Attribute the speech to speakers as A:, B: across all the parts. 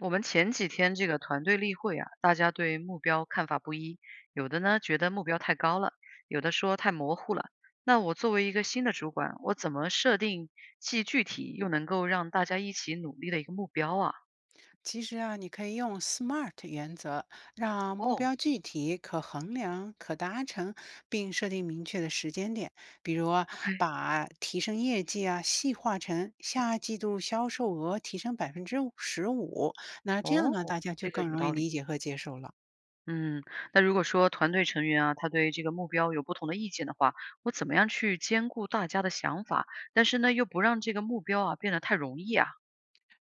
A: 我们前几天这个团队例会啊，大家对目标看法不一，有的呢觉得目标太高了，有的说太模糊了。那我作为一个新的主管，我怎么设定既具体又能够让大家一起努力的一个目标啊？
B: 其实啊，你可以用 SMART 原则，让目
A: 哦
B: 标具体、可衡量、可达成，并设定明确的时间点。比如啊
A: ，OK，
B: 把提升业绩啊细化成下季度销售额提升15%，那这样
A: 哦，
B: 呢，大家就
A: 这个
B: 更
A: 有
B: 容易
A: 道
B: 理
A: 理。
B: 解和接受了。
A: 嗯，那如果说团队成员啊，他对这个目标有不同的意见的话，我怎么样去兼顾大家的想法，但是呢又不让这个目标啊变得太容易啊，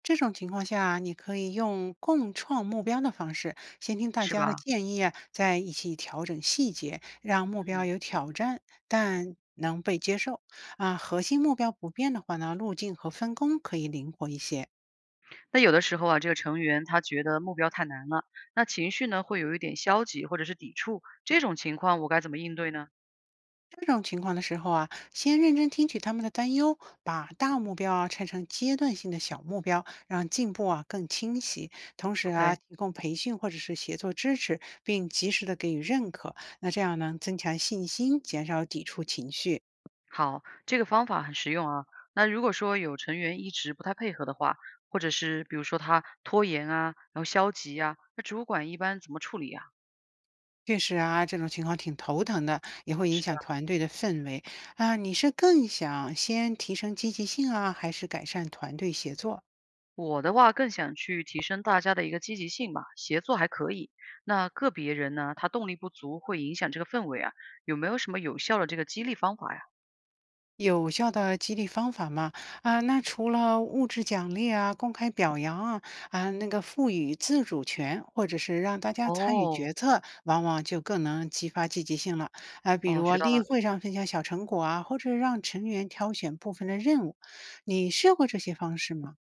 B: 这种情况下，你可以用共创目标的方式，先听大
A: 是
B: 家的
A: 吧？
B: 建议啊，再一起调整细节，让目标
A: 嗯。
B: 有挑战，但能被接受。啊，核心目标不变的话呢，路径和分工可以灵活一些。
A: 那有的时候啊，这个成员他觉得目标太难了，那情绪呢会有一点消极或者是抵触，这种情况我该怎么应对呢
B: 这种情况的时候啊，先认真听取他们的担忧，把大目标啊拆成阶段性的小目标，让进步啊更清晰。同时啊，
A: ？OK，
B: 提供培训或者是协作支持，并及时的给予认可。那这样能增强信心，减少抵触情绪。
A: 好，这个方法很实用啊。那如果说有成员一直不太配合的话，或者是比如说他拖延啊，然后消极啊，那主管一般怎么处理啊？
B: 确实啊，这种情况挺头疼的，也会影
A: 是
B: 响
A: 啊，
B: 团队的氛围啊。你是更想先提升积极性啊，还是改善团队协作啊？
A: 我的话更想去提升大家的一个积极性吧，协作还可以。那个别人呢，他动力不足会影响这个氛围啊，有没有什么有效的这个激励方法呀？
B: 有效的激励方法嘛？啊，那除了物质奖励啊、公开表扬啊、啊那个赋予自主权，或者是让大家参与
A: 哦
B: 决策，往往就更能激发积极性了。啊，比如
A: 哦，
B: 啊
A: 学到
B: 例
A: 了。
B: 会上分享小成果啊，或者让成员挑选部分的任务，你试过这些方式吗？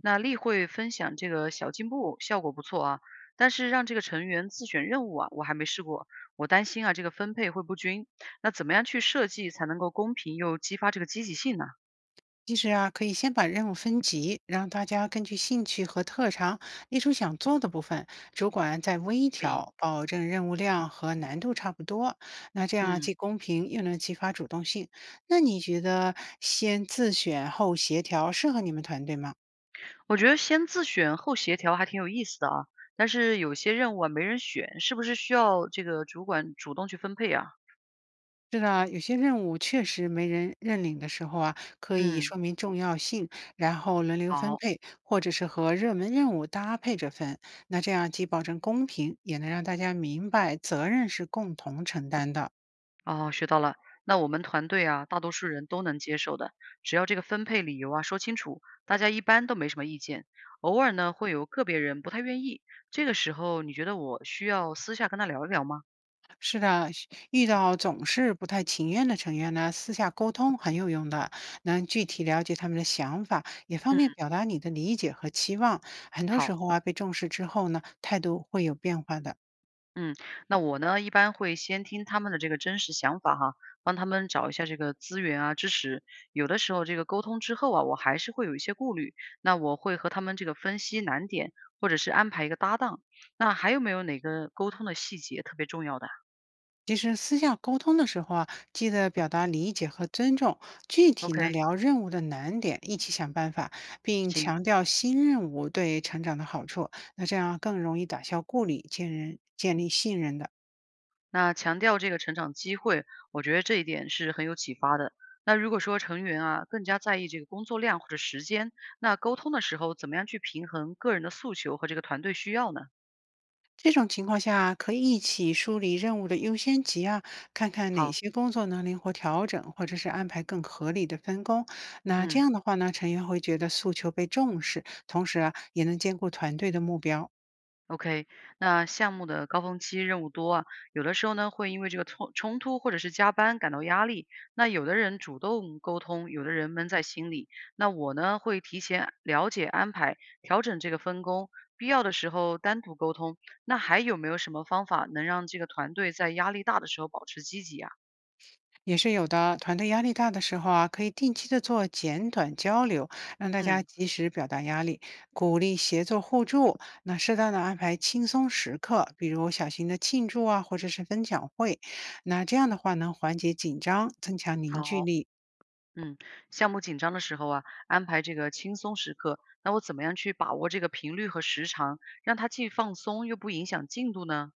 A: 那例会分享这个小进步，效果不错啊。但是让这个成员自选任务啊，我还没试过。我担心啊，这个分配会不均。那怎么样去设计才能够公平又激发这个积极性呢？
B: 其实啊，可以先把任务分级，让大家根据兴趣和特长列出想做的部分，主管再微
A: 可以，
B: 调，保证任务量和难度差不多。那这样
A: 嗯，
B: 既公平又能激发主动性。那你觉得先自选后协调适合你们团队吗？
A: 我觉得先自选后协调还挺有意思的啊。但是有些任务啊没人选，是不是需要这个主管主动去分配啊？
B: 是的，有些任务确实没人认领的时候啊，可以
A: 嗯，
B: 说明重要性，然后轮流分
A: 好。
B: 配，或者是和热门任务搭配着分。那这样既保证公平，也能让大家明白责任是共同承担的。
A: 哦，学到了。那我们团队啊，大多数人都能接受的，只要这个分配理由啊说清楚，大家一般都没什么意见。偶尔呢，会有个别人不太愿意，这个时候你觉得我需要私下跟他聊一聊吗？
B: 是的，遇到总是不太情愿的成员呢，私下沟通很有用的，能具体了解他们的想法，也方
A: 嗯，
B: 便表达你的理解和期望。很多时
A: 好。
B: 候啊，被重视之后呢，态度会有变化的。
A: 嗯，那我呢，一般会先听他们的这个真实想法哈，帮他们找一下这个资源啊、支持。有的时候这个沟通之后啊，我还是会有一些顾虑，那我会和他们这个分析难点，或者是安排一个搭档。那还有没有哪个沟通的细节特别重要的啊
B: 其实私下沟通的时候啊，记得表达理解和尊重，具体呢
A: ？OK，
B: 聊任务的难点，一起想办法，并强调新任务对成长的好处。那这样啊更容易打消顾虑，建立信任的。
A: 那强调这个成长机会，我觉得这一点是很有启发的。那如果说成员啊更加在意这个工作量或者时间，那沟通的时候怎么样去平衡个人的诉求和这个团队需要呢？
B: 这种情况下，可以一起梳理任务的优先级啊，看看哪
A: 好，
B: 些工作能灵活调整，或者是安排更合理的分工。那这
A: 嗯。
B: 样的话呢，成员会觉得诉求被重视，同时啊，也能兼顾团队的目标。
A: OK，那项目的高峰期任务多啊，有的时候呢会因为这个冲突或者是加班感到压力。那有的人主动沟通，有的人闷在心里。那我呢会提前了解安排，调整这个分工，必要的时候单独沟通。那还有没有什么方法能让这个团队在压力大的时候保持积极啊？
B: 也是有的。团队压力大的时候啊，可以定期的做简短交流，让大家
A: 嗯，
B: 及时表达压力，鼓励协作互助。那适当的安排轻松时刻，比如小型的庆祝啊，或者是分享会。那这样的话能缓解紧张，增强凝聚
A: 好。
B: 力。
A: 嗯，项目紧张的时候啊，安排这个轻松时刻，那我怎么样去把握这个频率和时长，让它既放松又不影响进度呢？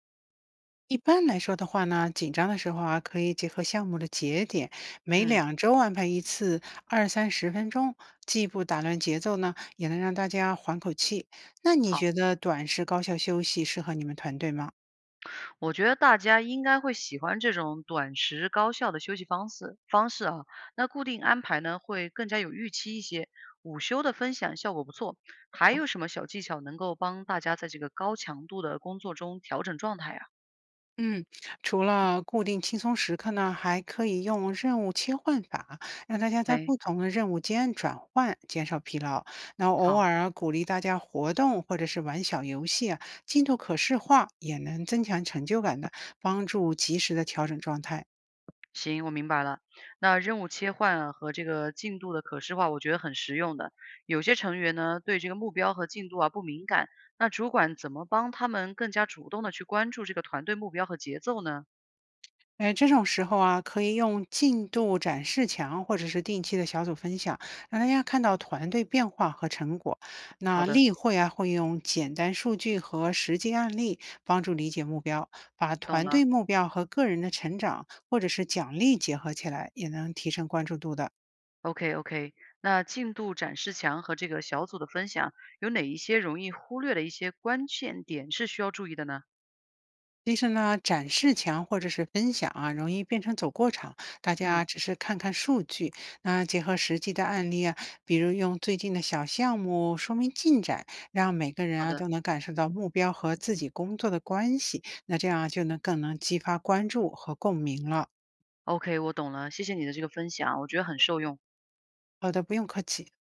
B: 一般来说的话呢，紧张的时候啊，可以结合项目的节点，每
A: 嗯，
B: 2周安排一次，20到30分钟，既不打乱节奏呢，也能让大家缓口气。那你
A: 好，
B: 觉得短时高效休息适合你们团队吗？
A: 我觉得大家应该会喜欢这种短时高效的休息方式啊。那固定安排呢，会更加有预期一些。午休的分享效果不错，还有什么小技巧能够帮大家在这个高强度的工作中调整状态啊？
B: 嗯，除了固定轻松时刻呢，还可以用任务切换法，让大家在
A: 哎，
B: 不同的任务间转换，减少疲劳。那偶
A: 好。
B: 尔啊鼓励大家活动或者是玩小游戏啊，进度可视化也能增强成就感的，帮助及时的调整状态。
A: 行，我明白了。那任务切换啊和这个进度的可视化，我觉得很实用的。有些成员呢，对这个目标和进度啊不敏感，那主管怎么帮他们更加主动的去关注这个团队目标和节奏呢？
B: 哎，这种时候啊，可以用进度展示墙或者是定期的小组分享，让大家看到团队变化和成果。
A: 好
B: 那
A: 的，
B: 例会啊，会用简单数据和实际案例帮助理解目标，把
A: 懂
B: 团
A: 了。
B: 队目标和个人的成长或者是奖励结合起来，也能提升关注度的。
A: OK OK，那进度展示墙和这个小组的分享，有哪一些容易忽略的一些关键点是需要注意的呢？
B: 其实呢，展示墙或者是分享啊，容易变成走过场，大家
A: 嗯，
B: 只是看看数据。那结合实际的案例啊，比如用最近的小项目说明进展，让每个人
A: 好
B: 啊都
A: 的。
B: 能感受到目标和自己工作的关系，那这样就能更能激发关注和共鸣了。
A: OK，我懂了，谢谢你的这个分享，我觉得很受用。
B: 好的，不用客气。